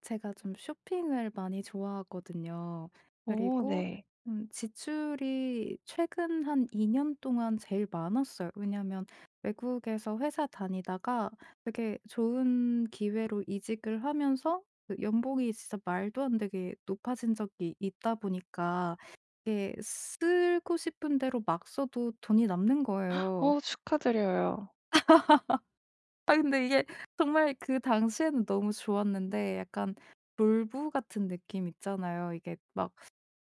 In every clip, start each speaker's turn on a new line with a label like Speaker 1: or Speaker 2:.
Speaker 1: 제가 좀 쇼핑을 많이 좋아하거든요.
Speaker 2: 오
Speaker 1: 그리고
Speaker 2: 네.
Speaker 1: 좀 지출이 최근 한 2년 동안 제일 많았어요. 왜냐하면 외국에서 회사 다니다가 되게 좋은 기회로 이직을 하면서 그 연봉이 진짜 말도 안 되게 높아진 적이 있다 보니까 이게 쓰고 싶은 대로 막 써도 돈이 남는 거예요.
Speaker 2: 어 축하드려요.
Speaker 1: 아, 근데 이게 정말 그 당시에는 너무 좋았는데 약간 졸부 같은 느낌 있잖아요. 이게 막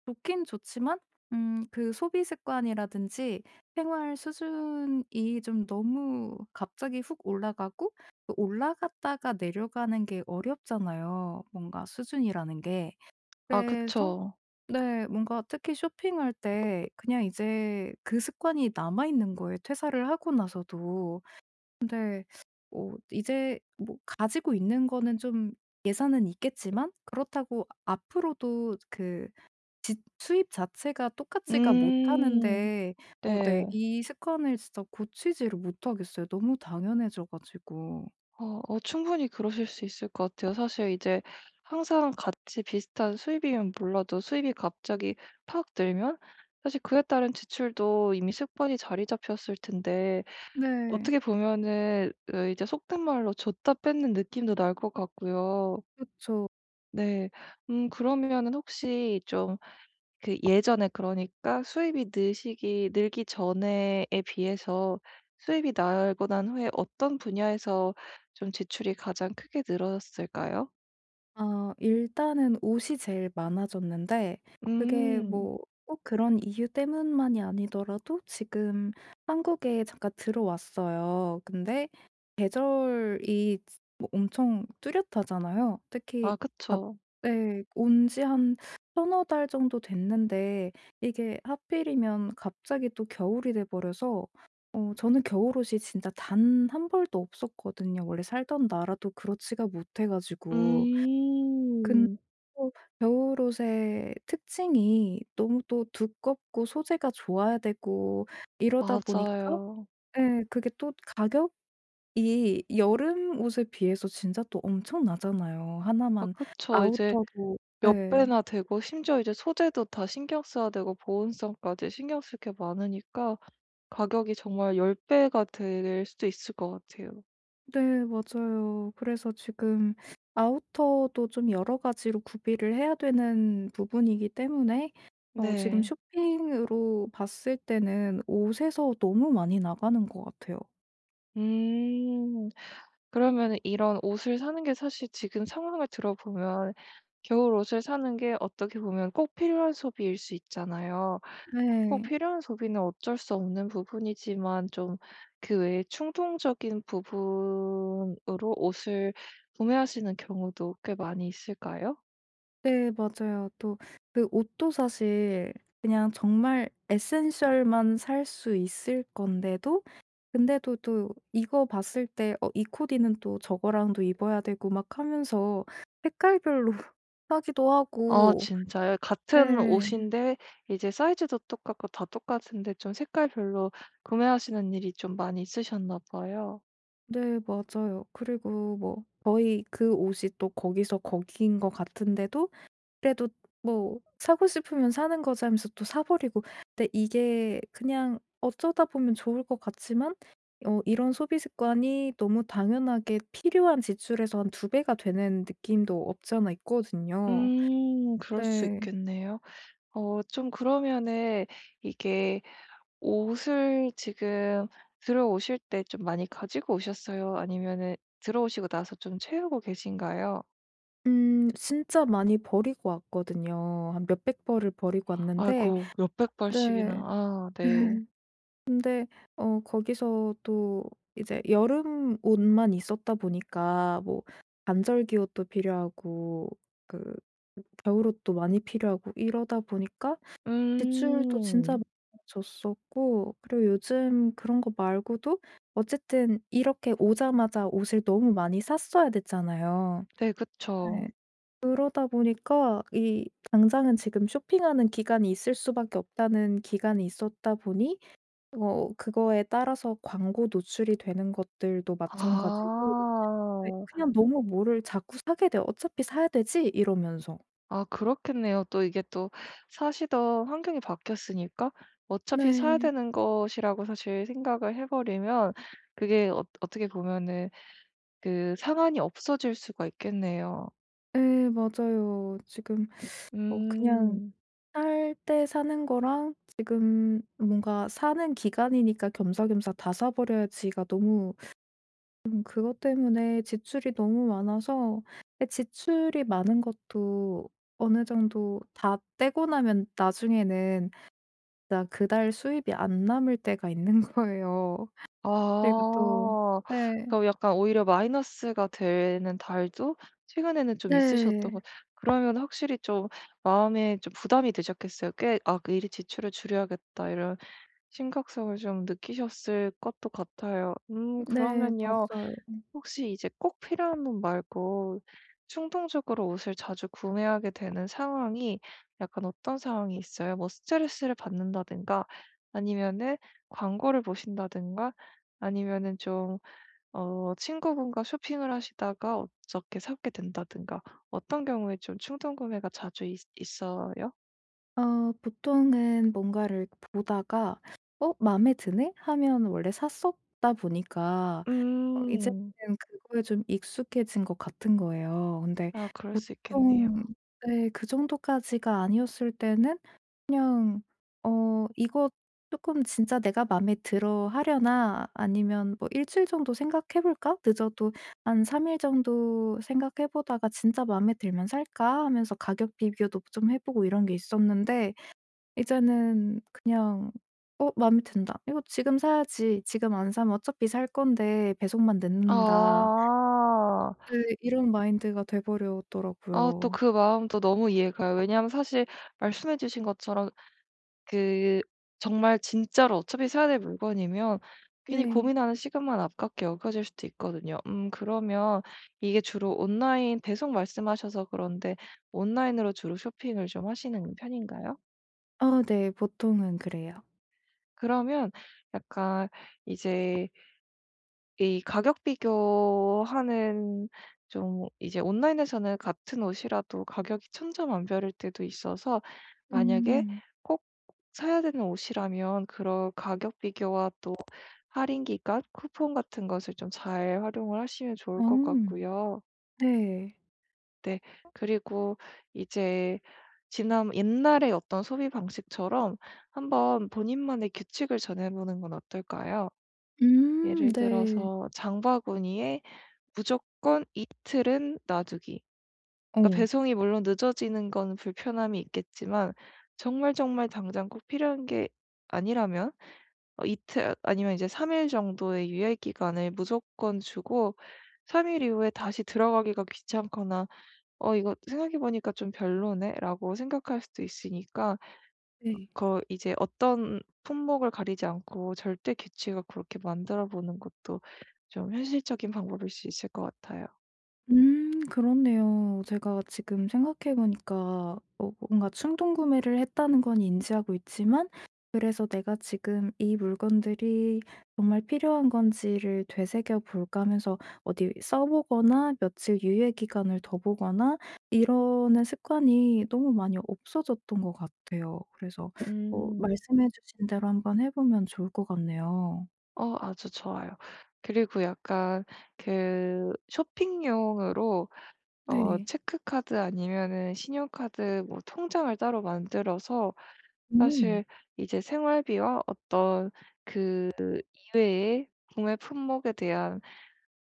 Speaker 1: 좋긴 좋지만 그 소비 습관이라든지 생활 수준이 좀 너무 갑자기 훅 올라가고 또 올라갔다가 내려가는 게 어렵잖아요, 뭔가 수준이라는 게.
Speaker 2: 아
Speaker 1: 그래서
Speaker 2: 그쵸.
Speaker 1: 네, 뭔가 특히 쇼핑할 때 그냥 이제 그 습관이 남아있는 거예요, 퇴사를 하고 나서도. 근데 이제 뭐 가지고 있는 거는 좀 예산은 있겠지만 그렇다고 앞으로도 그 지 수입 자체가 똑같지가
Speaker 2: 음.
Speaker 1: 못하는데 네,
Speaker 2: 네.
Speaker 1: 이 습관을 진짜 고치지를 못하겠어요. 너무 당연해져 가지고.
Speaker 2: 어 어 충분히 그러실 수 있을 것 같아요. 사실 이제 항상 같이 비슷한 수입이면 몰라도, 수입이 갑자기 팍 늘면 사실 그에 따른 지출도 이미 습관이 자리 잡혔을 텐데,
Speaker 1: 네.
Speaker 2: 어떻게 보면은 어 이제 속된 말로 줬다 뺏는 느낌도 날 것 같고요.
Speaker 1: 그렇죠.
Speaker 2: 네. 그러면은 혹시 좀 그 예전에, 그러니까 수입이 느시기 늘기 전에에 비해서 수입이 날고 난 후에 어떤 분야에서 좀 지출이 가장 크게 늘었을까요?
Speaker 1: 아, 일단은 옷이 제일 많아졌는데 그게
Speaker 2: 음.
Speaker 1: 뭐 꼭 그런 이유 때문만이 아니더라도 지금 한국에 잠깐 들어왔어요. 근데 계절이 뭐 엄청 뚜렷하잖아요. 특히
Speaker 2: 아
Speaker 1: 갑
Speaker 2: 그쵸.
Speaker 1: 예, 온 지 한천0달 정도 됐는데 이게 하필이면 갑자기 또 겨울이 돼 버려서 저는 겨울옷이 진짜 단 한 벌도 없었거든요. 원래 살던 나라도 그렇지가 못해 가지고. 근데
Speaker 2: 음.
Speaker 1: 또 겨울옷의 특징이 너무 또 두껍고 소재가 좋아야 되고 이러다 보니까
Speaker 2: 맞아요.
Speaker 1: 예, 그게 또 가격이 여름 옷에 비해서 진짜 또 엄청 나잖아요.
Speaker 2: 아
Speaker 1: 하나만.
Speaker 2: 그쵸. 이제
Speaker 1: 아우터도.
Speaker 2: 몇
Speaker 1: 네.
Speaker 2: 배나 되고 심지어 이제 소재도 다 신경 써야 되고 보온성까지 신경 쓸 게 많으니까 가격이 정말 10 배가 될 수도 있을 것 같아요.
Speaker 1: 네, 맞아요. 그래서 지금 아우터도 좀 여러 가지로 구비를 해야 되는 부분이기 때문에 지금
Speaker 2: 네.
Speaker 1: 쇼핑으로 봤을 때는 옷에서 너무 많이 나가는 것 같아요.
Speaker 2: 음. 그러면 이런 옷을 사는 게, 사실 지금 상황을 들어보면 겨울 옷을 사는 게 어떻게 보면 꼭 필요한 소비일 수 있잖아요. 꼭
Speaker 1: 네.
Speaker 2: 필요한 소비는 어쩔 수 없는 부분이지만, 좀 그 외에 충동적인 부분으로 옷을 구매하시는 경우도 꽤 많이 있을까요?
Speaker 1: 네, 맞아요. 또 그 옷도 사실 그냥 정말 에센셜만 살 수 있을 건데도 근데도 또 이거 봤을 때 '어 이 코디는 또 저거랑도 입어야 되고.' 막 하면서 색깔별로 사기도
Speaker 2: 아
Speaker 1: 하고
Speaker 2: 진짜요? 같은
Speaker 1: 네.
Speaker 2: 옷인데 이제 사이즈도 똑같고 다 똑같은데 좀 색깔별로 구매하시는 일이 좀 많이 있으셨나 봐요.
Speaker 1: 네, 맞아요. 그리고 뭐 거의 그 옷이 또 거기서 거기인 것 같은데도 그래도 뭐 '사고 싶으면 사는 거지.' 하면서 또 사 버리고 근데 이게 그냥 어쩌다 보면 좋을 것 같지만 이런 소비 습관이 너무 당연하게 필요한 지출에서 한 두 배가 되는 느낌도 없지 않아 있거든요.
Speaker 2: 그럴 수
Speaker 1: 네.
Speaker 2: 있겠네요. 어 좀 그러면은, 이게 옷을 지금 들어오실 때 좀 많이 가지고 오셨어요? 아니면은 들어오시고 나서 좀 채우고 계신가요?
Speaker 1: 진짜 많이 버리고 왔거든요. 한 몇백 벌을 버리고 왔는데
Speaker 2: 아이고, 몇백
Speaker 1: 네.
Speaker 2: 벌씩이나. 아 네.
Speaker 1: 근데 거기서 또 이제 여름 옷만 있었다 보니까 뭐 반절기 옷도 필요하고 그 겨울 옷도 많이 필요하고 이러다 보니까 지출도 진짜
Speaker 2: 음.
Speaker 1: 많아졌었고 그리고 요즘 그런 거 말고도 어쨌든 이렇게 오자마자 옷을 너무 많이 샀어야 됐잖아요.
Speaker 2: 네
Speaker 1: 네.
Speaker 2: 그쵸.
Speaker 1: 그러다 보니까 이 당장은 지금 쇼핑하는 기간이 있을 수밖에 없다는 기간이 있었다 보니 그거에 따라서 광고 노출이 되는 것들도 마찬가지고 네,
Speaker 2: 아.
Speaker 1: 그냥 너무 뭐를 자꾸 사게 돼요. '어차피 사야 되지.' 이러면서.
Speaker 2: 아 그렇겠네요. 또 이게 또 사시던 환경이 바뀌었으니까 어차피 사야
Speaker 1: 네.
Speaker 2: 되는 것이라고 사실 생각을 해 버리면, 그게 어 어떻게 보면은 그 상한이 없어질 수가 있겠네요.
Speaker 1: 예, 맞아요. 지금 그냥
Speaker 2: 음.
Speaker 1: 살 때 사는 거랑 지금 뭔가 사는 기간이니까 겸사겸사 다 사 버려야지가 너무 좀 그것 때문에 지출이 너무 많아서 예, 지출이 많은 것도 어느 정도 다 떼고 나면 나중에는 진짜 그달 수입이 안 남을 때가 있는 거예요. 그리고 또
Speaker 2: 아.
Speaker 1: 네.
Speaker 2: 그럼 약간 오히려 마이너스가 되는 달도 최근에는 좀 있으셨던
Speaker 1: 네.
Speaker 2: 것. 그러면 확실히 좀 마음에 좀 부담이 되셨겠어요. 꽤 '아 미리 지출을 줄여야겠다.' 이런 심각성을 좀 느끼셨을 것도 같아요.
Speaker 1: 네.
Speaker 2: 그러면요.
Speaker 1: 맞아요.
Speaker 2: 혹시 이제 꼭 필요한 분 말고 충동적으로 옷을 자주 구매하게 되는 상황이, 약간 어떤 상황이 있어요? 뭐 스트레스를 받는다든가, 아니면은 광고를 보신다든가, 아니면은 좀, 어, 친구분과 쇼핑을 하시다가 어떻게 사게 된다든가. 어떤 경우에 좀 충동 구매가 자주 있어요?
Speaker 1: 보통은 뭔가를 보다가 '어 마음에 드네?' 하면 원래 샀었다 보니까 이제는
Speaker 2: 음,
Speaker 1: 그거에 좀 익숙해진 것 같은 거예요. 근데
Speaker 2: 아, 그럴 수 있겠네요.
Speaker 1: 보통 네, 그 정도까지가 아니었을 때는 그냥 이거 쪼끔 '진짜 내가 마음에 들어 하려나?' 아니면 뭐 '일주일 정도 생각해 볼까? 늦어도 한 3일 정도 생각해 보다가 진짜 마음에 들면 살까?' 하면서 가격 비교도 좀 해 보고 이런 게 있었는데 이제는 그냥 '어 마음에 든다. 이거 지금 사야지. 지금 안 사면 어차피 살 건데 배송만 늦는다.'
Speaker 2: 아,
Speaker 1: 네, 이런 마인드가 돼
Speaker 2: 아 또
Speaker 1: 버렸더라고요.
Speaker 2: 그 마음도 너무 이해가요. 왜냐하면 사실 말씀해 주신 것처럼, 그 정말 진짜로 어차피 사야 될 물건이면 괜히
Speaker 1: 네.
Speaker 2: 고민하는 시간만 아깝게 여겨질 수도 있거든요. 그러면 이게 주로 온라인 배송 말씀하셔서 그런데, 온라인으로 주로 쇼핑을 좀 하시는 편인가요?
Speaker 1: 아, 네. 보통은 그래요.
Speaker 2: 그러면 약간 이제 이 가격 비교하는, 좀 이제 온라인에서는 같은 옷이라도 가격이 천차만별일 때도 있어서 만약에
Speaker 1: 음.
Speaker 2: 꼭 사야 되는 옷이라면 그런 가격 비교와 또 할인 기간, 쿠폰 같은 것을 좀 잘 활용을 하시면 좋을
Speaker 1: 아.
Speaker 2: 것 같고요.
Speaker 1: 네.
Speaker 2: 네. 그리고 이제 지난 옛날의 어떤 소비 방식처럼 한번 본인만의 규칙을 정해 보는 건 어떨까요?
Speaker 1: 음.
Speaker 2: 예를
Speaker 1: 네.
Speaker 2: 들어서 장바구니에 무조건 이틀은 놔두기. 그러니까
Speaker 1: 어.
Speaker 2: 배송이 물론 늦어지는 건 불편함이 있겠지만 정말 정말 당장 꼭 필요한 게 아니라면 어 이틀, 아니면 이제 3 일 정도의 유예 기간을 무조건 주고, 3일 이후에 다시 들어가기가 귀찮거나 '어 이거 생각해 보니까 좀 별로네.'라고 생각할 수도 있으니까,
Speaker 1: 네.
Speaker 2: 그 이제 어떤 품목을 가리지 않고 절대 규칙을 그렇게 만들어 보는 것도 좀 현실적인 방법일 수 있을 것 같아요.
Speaker 1: 그렇네요. 제가 지금 생각해 보니까 뭔가 충동 구매를 했다는 건 인지하고 있지만 그래서 '내가 지금 이 물건들이 정말 필요한 건지를 되새겨 볼까.' 하면서 어디 써 보거나 며칠 유예 기간을 둬 보거나 이러는 습관이 너무 많이 없어졌던 것 같아요. 그래서
Speaker 2: 음.
Speaker 1: 말씀해 주신 대로 한번 해 보면 좋을 것 같네요.
Speaker 2: 어 아주 좋아요. 그리고 약간 그 쇼핑용으로 어
Speaker 1: 네.
Speaker 2: 체크카드 아니면은 신용카드, 뭐 통장을 따로 만들어서
Speaker 1: 음.
Speaker 2: 사실 이제 생활비와 어떤 이외의 구매 품목에 대한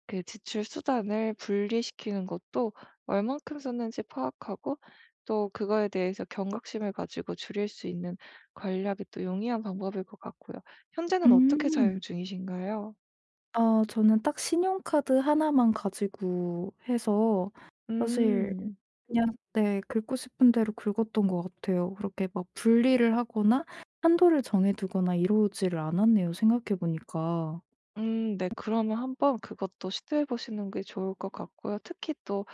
Speaker 2: 그 지출 수단을 분리시키는 것도 얼만큼 썼는지 파악하고 또 그거에 대해서 경각심을 가지고 줄일 수 있는, 관리하기 또 용이한 방법일 것 같고요. 현재는 어떻게 사용
Speaker 1: 음.
Speaker 2: 중이신가요?
Speaker 1: 아, 저는 딱 신용카드 하나만 가지고 해서 사실
Speaker 2: 음.
Speaker 1: 그냥 네, 긁고 싶은 대로 긁었던 것 같아요. 그렇게 막 분리를 하거나 한도를 정해 두거나 이러지를 않았네요, 생각해 보니까.
Speaker 2: 네. 그러면 한번 그것도 시도해 보시는 게 좋을 것 같고요. 특히 또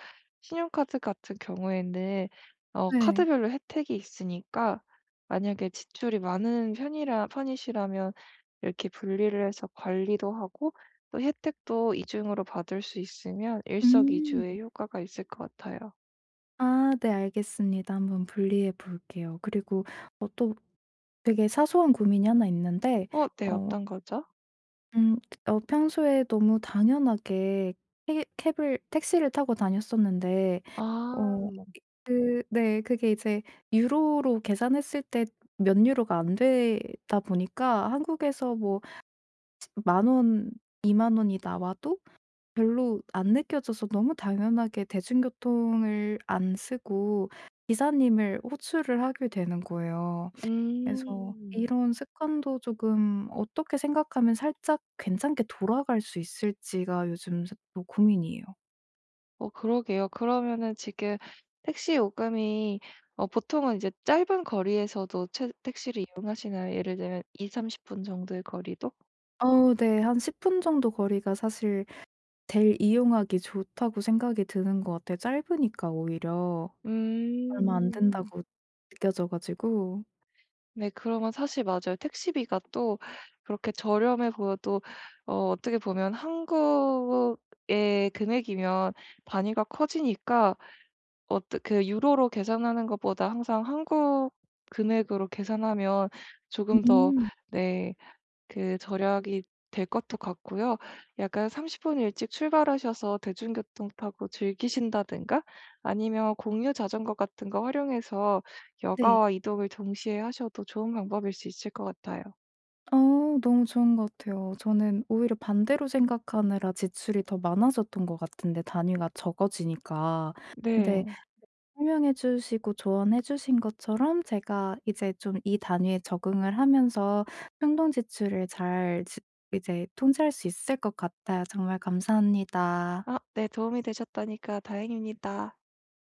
Speaker 2: 신용카드 같은 경우에는 어
Speaker 1: 네.
Speaker 2: 카드별로 혜택이 있으니까 만약에 지출이 많은 편이라 편이시라면 이렇게 분리를 해서 관리도 하고 또 혜택도 이중으로 받을 수 있으면
Speaker 1: 음.
Speaker 2: 일석이조의 효과가 있을 것 같아요.
Speaker 1: 아, 네, 알겠습니다. 한번 분리해 볼게요. 그리고 또 되게 사소한 고민이 하나 있는데
Speaker 2: 어 네.
Speaker 1: 어
Speaker 2: 어떤 거죠?
Speaker 1: 음 평소에 너무 당연하게 해 캡을 택시를 타고 다녔었는데 어.
Speaker 2: 아.
Speaker 1: 그 네. 그게 이제 유로로 계산했을 때 몇 유로가 안 되다 보니까 한국에서 뭐 10,000원, 이만 원이 나와도 별로 안 느껴져서 너무 당연하게 대중교통을 안 쓰고 기사님을 호출을 하게 되는 거예요. 음. 그래서
Speaker 2: 음.
Speaker 1: 이런 습관도 조금 어떻게 생각하면 살짝 괜찮게 돌아갈 수 있을지가 요즘 또 고민이에요.
Speaker 2: 어 그러게요. 그러면은 지금 택시 요금이, 어 보통은 이제 짧은 거리에서도 채 택시를 이용하시나요? 예를 들면 2삼3 0분 정도의 거리도?
Speaker 1: 어, 네. 한 10분 정도 거리가 사실 델 이용하기 좋다고 생각이 드는 것 같아요. 짧으니까 오히려 얼마 안
Speaker 2: 음.
Speaker 1: 된다고 느껴져 가지고.
Speaker 2: 네 그러면 사실 맞아요. 택시비가 또 그렇게 저렴해 보여도 어 어떻게 보면 한국의 금액이면 단위가 커지니까, 어떠 그 유로로 계산하는 것보다 항상 한국 금액으로 계산하면 조금 더,
Speaker 1: 음.
Speaker 2: 네, 그 절약이 될 것도 같고요. 약간 30분 일찍 출발하셔서 대중교통 타고 즐기신다든가 아니면 공유 자전거 같은 거 활용해서
Speaker 1: 네.
Speaker 2: 여가와 이동을 동시에 하셔도 좋은 방법일 수 있을 것 같아요.
Speaker 1: 너무 좋은 것 같아요. 저는 오히려 반대로 생각하느라 지출이 더 많아졌던 것 같은데 단위가 적어지니까. 근데
Speaker 2: 네.
Speaker 1: 설명해 주시고 조언해 주신 것처럼 제가 이제 좀 이 단위에 적응을 하면서 충동 지출을 잘 지 이제 통제할 수 있을 것 같아요. 정말 감사합니다.
Speaker 2: 아 네, 도움이 되셨다니까 다행입니다.